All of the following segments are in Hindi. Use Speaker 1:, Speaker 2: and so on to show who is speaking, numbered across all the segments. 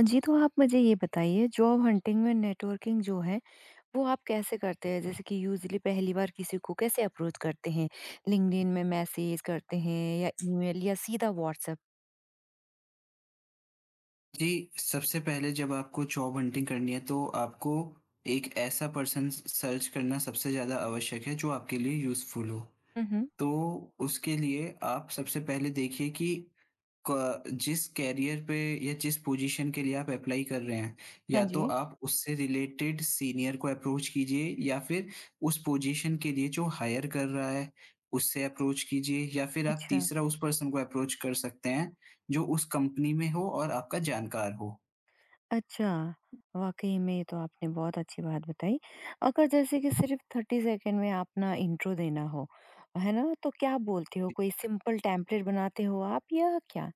Speaker 1: जी, तो आप मुझे ये बताइए जॉब हंटिंग में नेटवर्किंग जो है, वो आप कैसे करते हैं? जैसे कि यूजुअली पहली बार किसी को कैसे अप्रोच करते हैं? लिंक्डइन में मैसेज करते हैं या ईमेल या सीधा व्हाट्सएप?
Speaker 2: जी, सबसे पहले जब आपको जॉब हंटिंग करनी है तो आपको एक ऐसा पर्सन स सर्च करना सबसे ज़्यादा आवश्यक है जो आपके लिए यूज़फुल हो।
Speaker 1: हुँ, हुँ।
Speaker 2: तो उसके लिए आप सबसे पहले देखिए कि क जिस करियर पे या जिस पोजीशन के लिए आप अप्लाई कर रहे हैं,
Speaker 1: हाँ
Speaker 2: या तो
Speaker 1: जी।
Speaker 2: आप उससे रिलेटेड सीनियर को अप्रोच कीजिए या फिर उस पोजीशन के लिए जो हायर कर रहा है, उससे अप्रोच कीजिए या फिर आप
Speaker 1: अच्छा,
Speaker 2: तीसरा उस पर्सन को अप्रोच कर सकते हैं, जो उस कंपनी में हो और आपका जानकार हो।
Speaker 1: अच्छा। वाक़ई में ये तो आपने बहुत अच्छी बात बताई। अगर जैसे कि सिर्फ़ 30 सेकंड में अपना इंट्रो देना हो, है ना? तो क्या बोलते हो? कोई सिंपल टेम्पलेट बनाते हो आप या क्या?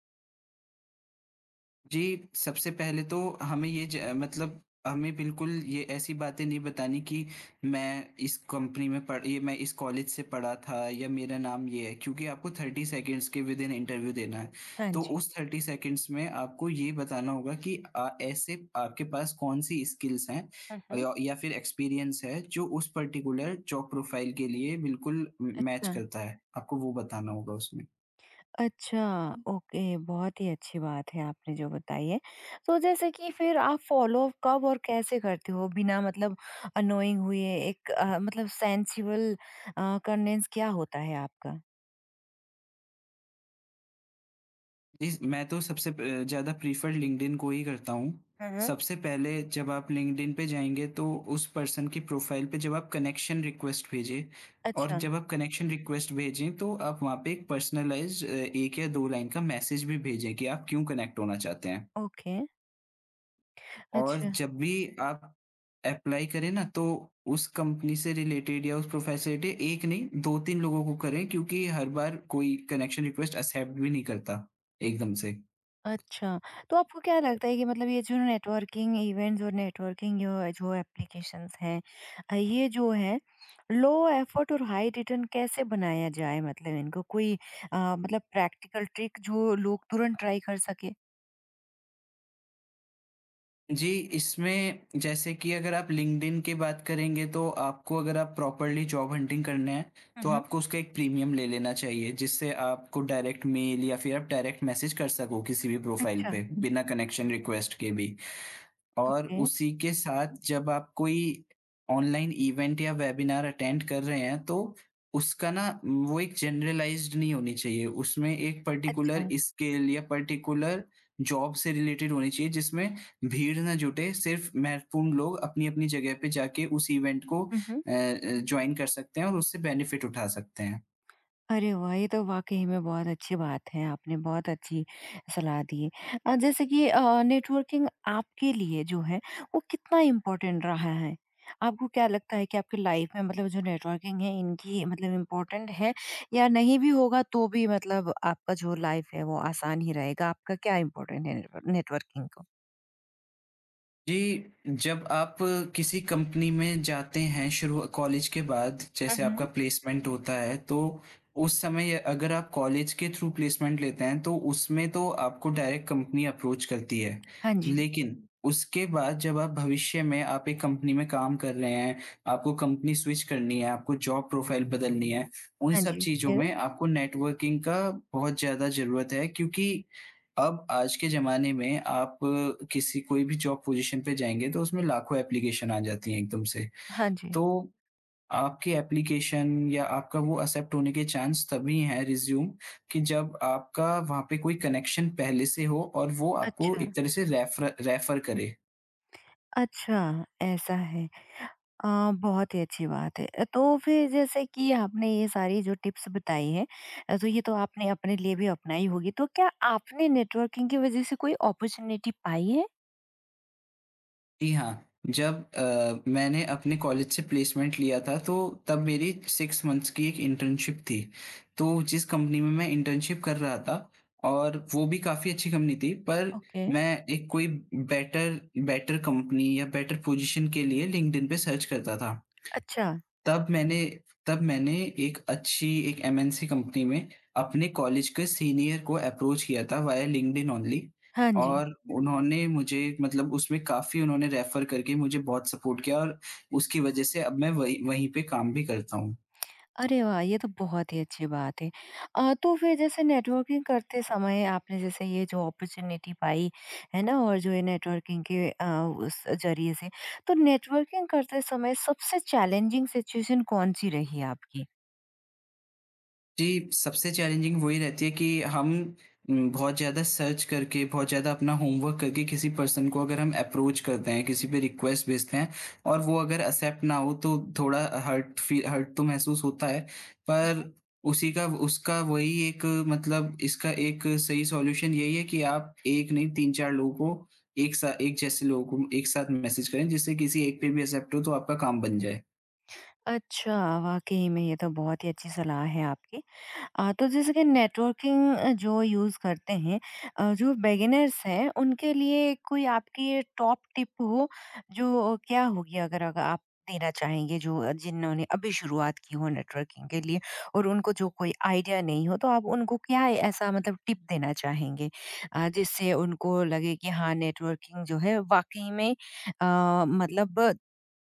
Speaker 2: जी, सबसे पहले तो हमें बिल्कुल ये ऐसी बातें नहीं बतानी कि मैं इस कॉलेज से पढ़ा था या मेरा नाम ये है, क्योंकि आपको 30 सेकंड्स के विदिन इंटरव्यू देना है।
Speaker 1: हाँ
Speaker 2: तो
Speaker 1: जी।
Speaker 2: उस 30 सेकंड्स में आपको ये बताना होगा कि ऐसे आपके पास कौन-सी स्किल्स हैं
Speaker 1: हुँ, हुँ।
Speaker 2: या फिर एक्सपीरियंस है जो उस पर्टिकुलर जॉब प्रोफाइल के लिए बिल्कुल म मैच
Speaker 1: अच्छा।
Speaker 2: करता है। आपको वो बताना होगा उसमें।
Speaker 1: अच्छा, ओके, बहुत ही अच्छी बात है आपने जो बताई है। तो जैसे कि फिर आप फ़ॉलो अप कब और कैसे करते हो बिना मतलब अनोइंग हुए, एक मतलब सेंसिबल कन्विंस क्या होता है आपका?
Speaker 2: जी, मैं तो सबसे प ज़्यादा प्रेफ़र लिंक्डइन को ही करता हूँ।
Speaker 1: हुँ, हुँ।
Speaker 2: सबसे पहले जब आप लिंक्डइन पे जाएँगे तो उस पर्सन की प्रोफ़ाइल पे जब आप कनेक्शन रिक्वेस्ट भेजें और
Speaker 1: अच्छा,
Speaker 2: जब आप कनेक्शन रिक्वेस्ट भेजें तो आप वहाँ पे एक पर्सनलाइज़्ड 1 या 2 लाइन का मैसेज भी भेजें कि आप क्यों कनेक्ट होना चाहते हैं।
Speaker 1: ओके,
Speaker 2: और
Speaker 1: अच्छा।
Speaker 2: जब भी आप एप्लाई करें ना तो उस कंपनी से रिलेटेड या उस प्रोफ़ाइल से रिलेटेड 1 नहीं 2-3 लोगों को करें क्योंकि हर बार कोई कनेक्शन रिक्वेस्ट एक्सेप्ट भी नहीं करता एकदम से।
Speaker 1: अच्छा, तो आपको क्या लगता है कि मतलब ये जो नेटवर्किंग इवेंट्स और नेटवर्किंग जो जो एप्लीकेशंस हैं, ये जो है लो एफर्ट और हाई रिटर्न कैसे बनाया जाए, मतलब इनको कोई मतलब प्रैक्टिकल ट्रिक जो लोग तुरंत ट्राई कर सके?
Speaker 2: जी, इसमें जैसे कि अगर आप लिंक्डइन की बात करेंगे तो आपको अगर आप प्रॉपर्ली जॉब हंटिंग करना है,
Speaker 1: हुँ,
Speaker 2: तो
Speaker 1: हुँ।
Speaker 2: आपको उसका एक प्रीमियम ले लेना चाहिए, जिससे आपको डायरेक्ट मेल या फिर आप डायरेक्ट मैसेज कर सको किसी भी प्रोफाइल
Speaker 1: अच्छा,
Speaker 2: पे, बिना कनेक्शन रिक्वेस्ट के भी। और
Speaker 1: ओके,
Speaker 2: उसी के साथ जब आप कोई ऑनलाइन इवेंट या वेबिनार अटेंड कर रहे हैं तो उसका ना वो एक जनरलाइज्ड नहीं होनी चाहिए। उसमें एक पर्टिकुलर
Speaker 1: अच्छा।
Speaker 2: स्किल या पर्टिकुलर जॉब से रिलेटेड होनी चाहिए जिसमें भीड़ ना जुटे। सिर्फ़ महत्वपूर्ण लोग अपनी-अपनी जगह पे जाके उस इवेंट को
Speaker 1: हुँ, हुँ।
Speaker 2: जॉइन कर सकते हैं और उससे बेनिफिट उठा सकते हैं।
Speaker 1: अरे वाह! ये तो वाक़ई में बहुत अच्छी बात है, आपने बहुत अच्छी सलाह दी है। जैसे कि नेटवर्किंग आपके लिए जो है, वो कितना इम्पोर्टेंट रहा है? आपको क्या लगता है कि आपकी लाइफ में मतलब जो नेटवर्किंग है, इनकी मतलब इम्पोर्टेंट है या नहीं भी होगा तो भी मतलब आपका जो लाइफ है, वो आसान ही रहेगा? आपका क्या इम्पोर्टेंट है नेटवर्किंग को?
Speaker 2: जी, जब आप किसी कंपनी में जाते हैं शुरू कॉलेज के बाद,
Speaker 1: हुँ,
Speaker 2: जैसे आपका
Speaker 1: हुँ।
Speaker 2: प्लेसमेंट होता है, तो उस समय अगर आप कॉलेज के थ्रू प्लेसमेंट लेते हैं, तो उसमें तो आपको डायरेक्ट कंपनी अप्रोच करती है।
Speaker 1: हाँ जी।
Speaker 2: लेकिन उसके बाद जब आप भविष्य में आप एक कंपनी में काम कर रहे हैं, आपको कंपनी स्विच करनी है, आपको जॉब प्रोफाइल बदलनी है, उन
Speaker 1: हाँ
Speaker 2: सब
Speaker 1: जी,
Speaker 2: चीज़ों हुँ।
Speaker 1: फिर?
Speaker 2: में आपको नेटवर्किंग का बहुत ज़्यादा ज़रूरत है क्योंकि अब आज के ज़माने में आप किसी कोई भी जॉब पोज़ीशन पे जाएँगे तो उसमें लाखों एप्लीकेशन आ जाती हैं एकदम से।
Speaker 1: हाँ जी।
Speaker 2: तो आपकी एप्लीकेशन या आपका वो एक्सेप्ट होने के चांस तभी हैं रिज़्यूम कि जब आपका वहाँ पे कोई कनेक्शन पहले से हो और वो आपको
Speaker 1: अच्छा।
Speaker 2: एक तरह से रेफ़र रेफ़र करे।
Speaker 1: अच्छा, ऐसा है। अ, बहुत ही अच्छी बात है। तो फिर जैसे कि आपने ये सारी जो टिप्स बताई हैं, तो ये तो आपने अपने लिए भी अपनाई होगी। तो क्या आपने नेटवर्किंग की वज़ह से कोई अपॉर्च्युनिटी पाई है?
Speaker 2: जी हाँ, जब मैंने अपने कॉलेज से प्लेसमेंट लिया था तो तब मेरी 6 मंथ्स की एक इंटर्नशिप थी। तो जिस कंपनी में मैं इंटर्नशिप कर रहा था और वो भी काफ़ी अच्छी कंपनी थी पर
Speaker 1: ओके।
Speaker 2: मैं एक कोई बेटर बेटर कंपनी या बेटर पोजीशन के लिए लिंक्डइन पे सर्च करता था।
Speaker 1: अच्छा,
Speaker 2: तब मैंने तब मैंने एक अच्छी एक एमएनसी कंपनी में अपने कॉलेज के सीनियर को अप्रोच किया था वाया लिंक्डइन ओनली
Speaker 1: हाँ जी।
Speaker 2: और उन्होंने मुझे मतलब उसमें काफ़ी उन्होंने रेफ़र करके मुझे बहुत सपोर्ट किया और उसकी वज़ह से अब मैं वहीं वहीं पे काम भी करता हूँ।
Speaker 1: अरे वाह! ये तो बहुत ही अच्छी बात है। तो फिर जैसे नेटवर्किंग करते समय आपने जैसे ये जो अपॉर्च्युनिटी पाई, है ना? और जो ये नेटवर्किंग के उस ज़रिए से, तो नेटवर्किंग करते समय सबसे चैलेंजिंग सिचुएशन कौन-सी रही आपकी?
Speaker 2: जी, सबसे चैलेंजिंग वही रहती है कि हम बहुत ज़्यादा सर्च करके, बहुत ज़्यादा अपना होमवर्क करके किसी पर्सन को अगर हम अप्रोच करते हैं, किसी पे रिक्वेस्ट भेजते हैं और वो अगर एक्सेप्ट ना हो तो थोड़ा हर्ट तो महसूस होता है। पर उसी का उसका वही एक मतलब इसका एक सही सॉल्यूशन यही है कि आप 1 नहीं 3-4 लोगों को एक जैसे लोगों को एक साथ मैसेज करें जिससे किसी एक पे भी एक्सेप्ट हो तो आपका काम बन जाए।
Speaker 1: अच्छा, वाक़ई में ये तो बहुत ही अच्छी सलाह है आपकी। तो जैसे कि नेटवर्किंग जो यूज़ करते हैं, जो बिगिनर्स हैं, उनके लिए कोई आपकी टॉप टिप हो, जो क्या होगी, अगर अग आप देना चाहेंगे, जो जिन्होंने अभी शुरुआत की हो नेटवर्किंग के लिए और उनको जो कोई आइडिया नहीं हो, तो आप उनको क्या ऐसा मतलब टिप देना चाहेंगे जिससे उनको लगे कि हाँ, नेटवर्किंग जो है वाक़ई में मतलब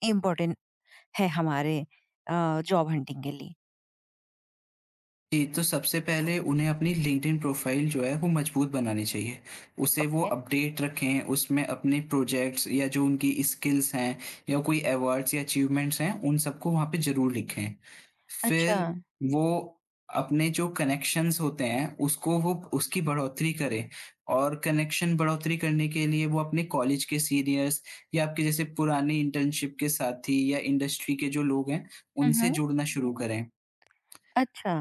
Speaker 1: इम्पोर्टेंट है हमारे जॉब हंटिंग के लिए।
Speaker 2: जी, तो सबसे पहले उन्हें अपनी लिंक्डइन प्रोफाइल जो है वो मजबूत बनानी चाहिए। उसे वो
Speaker 1: ओके,
Speaker 2: अपडेट रखें, उसमें अपने प्रोजेक्ट्स या जो उनकी स्किल्स हैं या कोई अवार्ड्स या अचीवमेंट्स हैं, उन सबको वहाँ पे ज़रूर लिखें।
Speaker 1: अच्छा।
Speaker 2: फिर वो अपने जो कनेक्शंस होते हैं, उसको वो उसकी बढ़ोतरी करें और कनेक्शन बढ़ोतरी करने के लिए वो अपने कॉलेज के सीनियर्स या आपके जैसे पुराने इंटर्नशिप के साथी या इंडस्ट्री के जो लोग हैं,
Speaker 1: हुँ,
Speaker 2: उनसे
Speaker 1: हुँ।
Speaker 2: जुड़ना शुरू करें।
Speaker 1: अच्छा,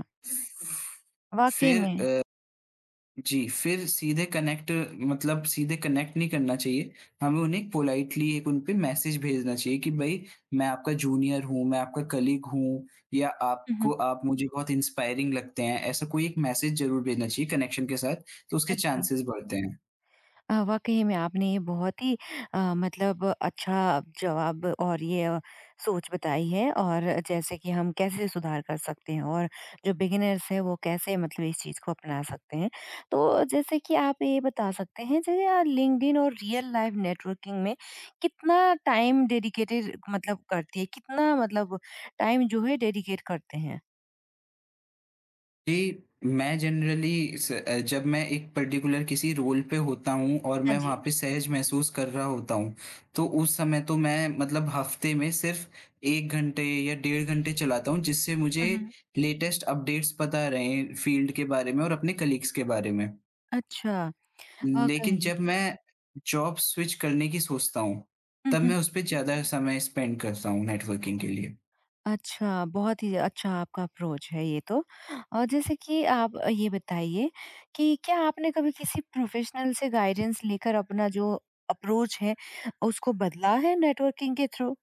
Speaker 1: वाक़ई
Speaker 2: फिर
Speaker 1: में।
Speaker 2: जी, फिर सीधे कनेक्ट नहीं करना चाहिए। हमें उन्हें पोलाइटली एक उन पे मैसेज भेजना चाहिए कि भई मैं आपका जूनियर हूँ, मैं आपका कलीग हूँ या
Speaker 1: हुँ,
Speaker 2: आपको
Speaker 1: हुँ।
Speaker 2: आप मुझे बहुत इंस्पायरिंग लगते हैं। ऐसा कोई एक मैसेज ज़रूर भेजना चाहिए कनेक्शन के साथ, तो उसके
Speaker 1: अच्छा।
Speaker 2: चांसेस बढ़ते हैं।
Speaker 1: वाक़ई में आपने बहुत ही मतलब अच्छा जवाब और ये सोच बताई है, और जैसे कि हम कैसे सुधार कर सकते हैं और जो बिगिनर्स हैं वो कैसे मतलब इस चीज़ को अपना सकते हैं। तो जैसे कि आप ये बता सकते हैं, जैसे लिंक्डइन और रियल लाइफ नेटवर्किंग में कितना टाइम डेडिकेटेड मतलब करती है? कितना मतलब टाइम जो है डेडिकेट करते हैं?
Speaker 2: जी, मैं जब मैं एक पर्टिकुलर किसी रोल पे होता हूँ और
Speaker 1: हाँ
Speaker 2: मैं
Speaker 1: जी।
Speaker 2: वहाँ पे सहज महसूस कर रहा होता हूँ, तो उस समय तो मैं मतलब हफ़्ते में सिर्फ़ 1 घंटे या 1.5 घंटे चलाता हूँ, जिससे मुझे
Speaker 1: हुँ, हुँ।
Speaker 2: लेटेस्ट अपडेट्स पता रहें फ़ील्ड के बारे में और अपने कलीग्स के बारे में।
Speaker 1: अच्छा, वाक़ई
Speaker 2: लेकिन
Speaker 1: में।
Speaker 2: जब मैं जॉब स्विच करने की सोचता हूँ,
Speaker 1: हुँ,
Speaker 2: तब
Speaker 1: हुँ।
Speaker 2: मैं उस पे ज़्यादा समय स्पेंड करता हूँ नेटवर्किंग के लिए।
Speaker 1: अच्छा, बहुत ही अच्छा आपका अप्रोच है ये तो। और जैसे कि आप ये बताइए कि क्या आपने कभी किसी प्रोफ़ेशनल से गाइडेंस लेकर अपना जो अप्रोच है, उसको बदला है नेटवर्किंग के थ्रू?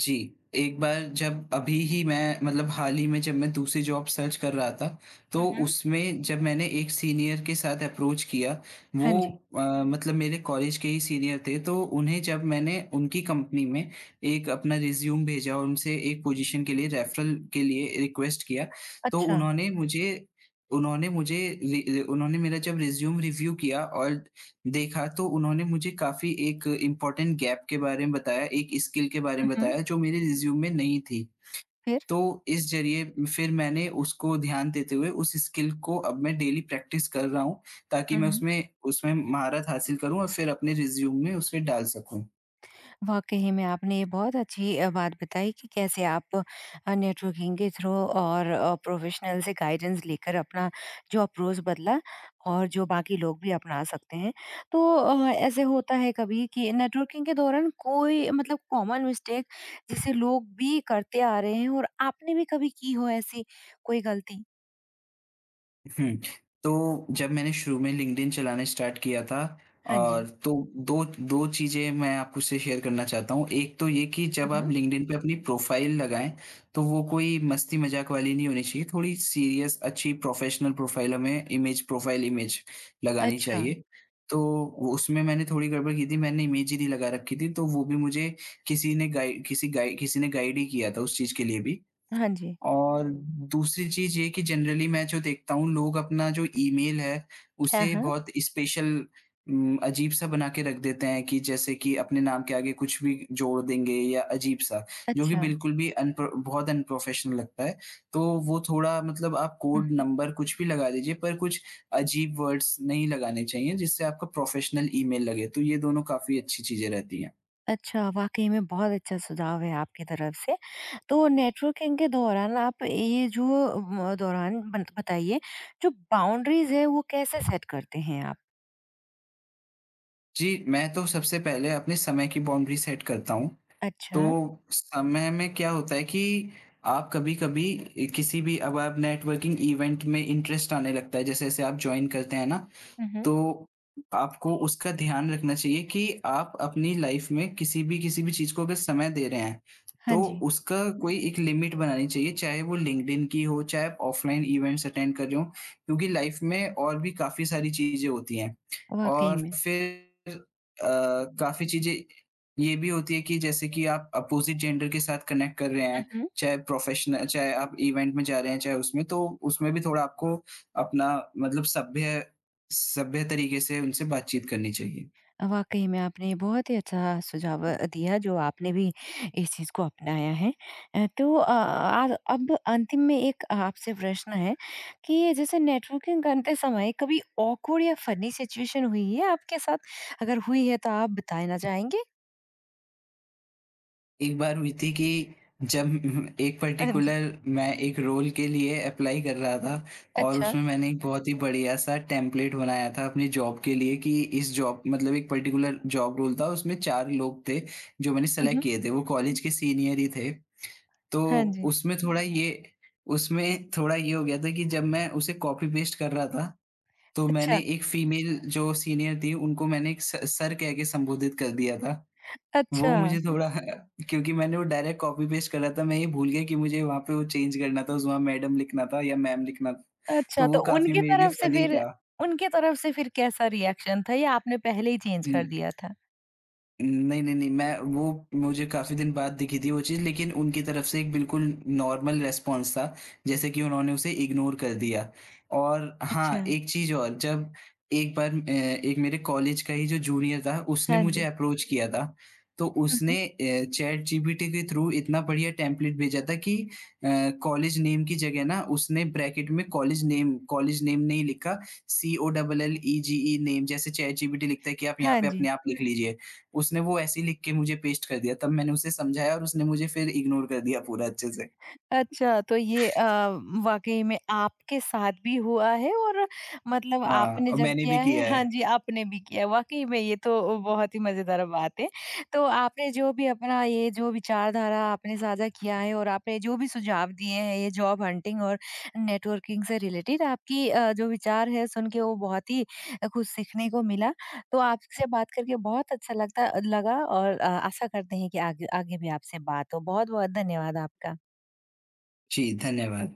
Speaker 2: जी, एक बार जब अभी ही मैं मतलब हाल ही में जब मैं दूसरी जॉब सर्च कर रहा था,
Speaker 1: हुँ,
Speaker 2: तो
Speaker 1: हुँ।
Speaker 2: उसमें जब मैंने एक सीनियर के साथ अप्रोच किया, वो
Speaker 1: हाँ जी।
Speaker 2: मतलब मेरे कॉलेज के ही सीनियर थे, तो उन्हें जब मैंने उनकी कंपनी में एक अपना रिज़्यूम भेजा और उनसे एक पोजीशन के लिए रेफ़रल के लिए रिक्वेस्ट किया, तो
Speaker 1: अच्छा।
Speaker 2: उन्होंने मुझे रि रि उन्होंने मेरा जब रिज़्यूम रिव्यू किया और देखा तो उन्होंने मुझे काफ़ी एक इम्पॉर्टेंट गैप के बारे में बताया, एक स्किल के बारे में
Speaker 1: हुँ, हुँ।
Speaker 2: बताया जो मेरे रिज़्यूम में नहीं थी।
Speaker 1: फिर?
Speaker 2: तो इस ज़रिए फिर मैंने उसको ध्यान देते हुए उस स्किल को अब मैं डेली प्रैक्टिस कर रहा हूँ ताकि
Speaker 1: हुँ,
Speaker 2: मैं
Speaker 1: हुँ।
Speaker 2: उसमें उसमें महारत हासिल करूँ और फिर अपने रिज़्यूम में उसे डाल सकूँ।
Speaker 1: वाक़ई में आपने ये बहुत अच्छी बात बताई कि कैसे आप नेटवर्किंग के थ्रू और प्रोफ़ेशनल से गाइडेंस लेकर अपना जो अप्रोच बदला और जो बाकी लोग भी अपना सकते हैं। तो ऐसे होता है कभी कि नेटवर्किंग के दौरान कोई मतलब कॉमन मिस्टेक जिसे लोग भी करते आ रहे हैं और आपने भी कभी की हो ऐसी कोई गलती?
Speaker 2: हुँ। तो जब मैंने शुरू में लिंक्डइन चलाना स्टार्ट किया था
Speaker 1: हाँ
Speaker 2: और
Speaker 1: जी।
Speaker 2: तो 2 2 चीज़ें मैं आपको उससे शेयर करना चाहता हूँ। एक तो ये कि
Speaker 1: हुँ,
Speaker 2: जब आप
Speaker 1: हुँ।
Speaker 2: लिंक्डइन पे अपनी प्रोफ़ाइल लगाएँ, तो वो कोई मस्ती-मज़ाक वाली नहीं होनी चाहिए। थोड़ी सीरियस अच्छी प्रोफ़ेशनल प्रोफ़ाइल हमें इमेज प्रोफ़ाइल इमेज लगानी
Speaker 1: अच्छा।
Speaker 2: चाहिए। तो उसमें मैंने थोड़ी गड़बड़ की थी, मैंने इमेज ही नहीं लगा रखी थी, तो वो भी मुझे किसी ने गाइड ही किया था उस चीज़ के लिए भी।
Speaker 1: हाँ जी।
Speaker 2: और दूसरी चीज़ ये कि जनरली मैं जो देखता हूँ लोग अपना जो ईमेल है,
Speaker 1: हाँ,
Speaker 2: उसे
Speaker 1: हाँ।
Speaker 2: बहुत स्पेशल अजीब-सा बना के रख देते हैं कि जैसे कि अपने नाम के आगे कुछ भी जोड़ देंगे या अजीब-सा, जो कि
Speaker 1: अच्छा।
Speaker 2: बिल्कुल भी अनप्रो बहुत अनप्रोफ़ेशनल लगता है। तो वो थोड़ा मतलब आप
Speaker 1: हुँ,
Speaker 2: कोड
Speaker 1: हुँ।
Speaker 2: नंबर कुछ भी लगा दीजिए पर कुछ अजीब वर्ड्स नहीं लगाने चाहिए जिससे आपका प्रोफ़ेशनल ईमेल लगे, तो ये दोनों काफ़ी अच्छी चीज़ें रहती हैं।
Speaker 1: अच्छा, वाक़ई में बहुत अच्छा सुझाव है आपकी तरफ से। तो नेटवर्किंग के दौरान आप ये जो म दौरान बत बताइए, जो बाउंड्रीज़ है वो कैसे सेट करते हैं आप?
Speaker 2: जी, मैं तो सबसे पहले अपने समय की बाउंड्री सेट करता हूँ तो
Speaker 1: अच्छा।
Speaker 2: समय में क्या होता है कि आप कभी-कभी किसी भी अब आप नेटवर्किंग इवेंट में इंटरेस्ट आने लगता है, जैसे-जैसे आप जॉइन करते हैं ना,
Speaker 1: हुँ, हुँ।
Speaker 2: तो आपको उसका ध्यान रखना चाहिए कि आप अपनी लाइफ में किसी भी चीज़ को अगर समय दे रहे हैं,
Speaker 1: हाँ
Speaker 2: तो
Speaker 1: जी,
Speaker 2: उसका कोई एक लिमिट बनानी चाहिए, चाहे वो लिंक्डइन की हो, चाहे आप ऑफ़लाइन इवेंट्स अटेंड कर रहे हो, क्योंकि लाइफ में और भी काफ़ी सारी चीज़ें होती हैं।
Speaker 1: वाक़ई
Speaker 2: और
Speaker 1: में।
Speaker 2: फिर अ, काफ़ी चीज़ें ये भी होती है कि जैसे कि आप अपोज़िट जेंडर के साथ कनेक्ट कर रहे
Speaker 1: हुँ,
Speaker 2: हैं,
Speaker 1: हुँ।
Speaker 2: चाहे प्रोफ़ेशनल चाहे आप इवेंट में जा रहे हैं, चाहे उसमें, तो उसमें भी थोड़ा आपको अपना मतलब सभ्य सभ्य तरीके से उनसे बातचीत करनी चाहिए।
Speaker 1: वाकई में आपने बहुत ही अच्छा सुझाव दिया जो आपने भी इस चीज़ को अपनाया है। तो आ अब अंतिम में एक आपसे प्रश्न है कि ये जैसे नेटवर्किंग करते समय कभी ऑकवर्ड या फनी सिचुएशन हुई है आपके साथ? अगर हुई है तो आप बताना चाहेंगे?
Speaker 2: एक बार हुई थी कि जब एक
Speaker 1: हाँ जी।
Speaker 2: पर्टिकुलर मैं एक रोल के लिए अप्लाई कर रहा था और
Speaker 1: अच्छा।
Speaker 2: उसमें मैंने एक बहुत ही बढ़िया-सा टेम्पलेट बनाया था अपनी जॉब के लिए कि इस जॉब मतलब एक पर्टिकुलर जॉब रोल था, उसमें 4 लोग थे जो मैंने
Speaker 1: हुँ,
Speaker 2: सेलेक्ट
Speaker 1: हुँ।
Speaker 2: किए थे, वो कॉलेज के सीनियर ही थे। तो
Speaker 1: हाँ जी।
Speaker 2: उसमें थोड़ा ये उसमें थोड़ा ये हो गया था कि जब मैं उसे कॉपी पेस्ट कर रहा था, तो मैंने
Speaker 1: अच्छा,
Speaker 2: एक फीमेल जो सीनियर थी, उनको मैंने एक स सर कह के संबोधित कर दिया था।
Speaker 1: अच्छा,
Speaker 2: वो मुझे थोड़ा क्योंकि मैंने वो डायरेक्ट कॉपी पेस्ट करा था, मैं ये भूल गया कि मुझे वहाँ पे वो चेंज करना था, वहाँ मैडम लिखना था या मैम लिखना था, तो
Speaker 1: अच्छा,
Speaker 2: वो
Speaker 1: तो
Speaker 2: काफ़ी मेरे लिए फ़नी था।
Speaker 1: उनकी तरफ से फिर कैसा रिएक्शन था या आपने पहले ही चेंज कर
Speaker 2: हम्म।
Speaker 1: दिया था?
Speaker 2: नहीं, नहीं, नहीं, मैं वो मुझे काफ़ी दिन बाद दिखी थी वो चीज़ लेकिन उनकी तरफ से एक बिल्कुल नॉर्मल रिस्पॉन्स था, जैसे कि उन्होंने उसे इग्नोर कर दिया। और
Speaker 1: अच्छा,
Speaker 2: हाँ, एक चीज़ और जब एक बार एक मेरे कॉलेज का ही जो जूनियर था उसने
Speaker 1: हाँ
Speaker 2: मुझे
Speaker 1: जी।
Speaker 2: अप्रोच किया था, तो
Speaker 1: हुँ, हुँ।
Speaker 2: उसने चैट GPT के थ्रू इतना बढ़िया टेम्पलेट भेजा था कि अ, कॉलेज नेम की जगह ना उसने ब्रैकेट में कॉलेज नेम नहीं लिखा, COLLEGE नेम जैसे चैट GPT लिखता है कि आप यहाँ
Speaker 1: हाँ
Speaker 2: पे अपने
Speaker 1: जी।
Speaker 2: आप लिख लीजिए। उसने वो ऐसे ही लिख के मुझे पेस्ट कर दिया, तब मैंने उसे समझाया और उसने मुझे फिर इग्नोर कर दिया पूरा अच्छे से।
Speaker 1: अच्छा, तो ये वाक़ई में आपके साथ भी हुआ है और मतलब
Speaker 2: हाँ,
Speaker 1: आपने
Speaker 2: और
Speaker 1: जब
Speaker 2: मैंने भी
Speaker 1: किया है,
Speaker 2: किया
Speaker 1: हाँ
Speaker 2: है।
Speaker 1: जी, आपने भी किया। वाक़ई में ये तो बहुत ही मज़ेदार बात है। तो आपने जो भी अपना ये जो विचारधारा आपने साझा किया है और आपने जो भी सुझाव दिए हैं, ये जॉब हंटिंग और नेटवर्किंग से रिलेटेड आपकी जो विचार है सुन के वो बहुत ही कुछ सीखने को मिला। तो आपसे बात करके बहुत अच्छा लगता लगा और आशा करते हैं कि आगे आगे भी आपसे बात हो। बहुत-बहुत धन्यवाद आपका।
Speaker 2: जी, धन्यवाद।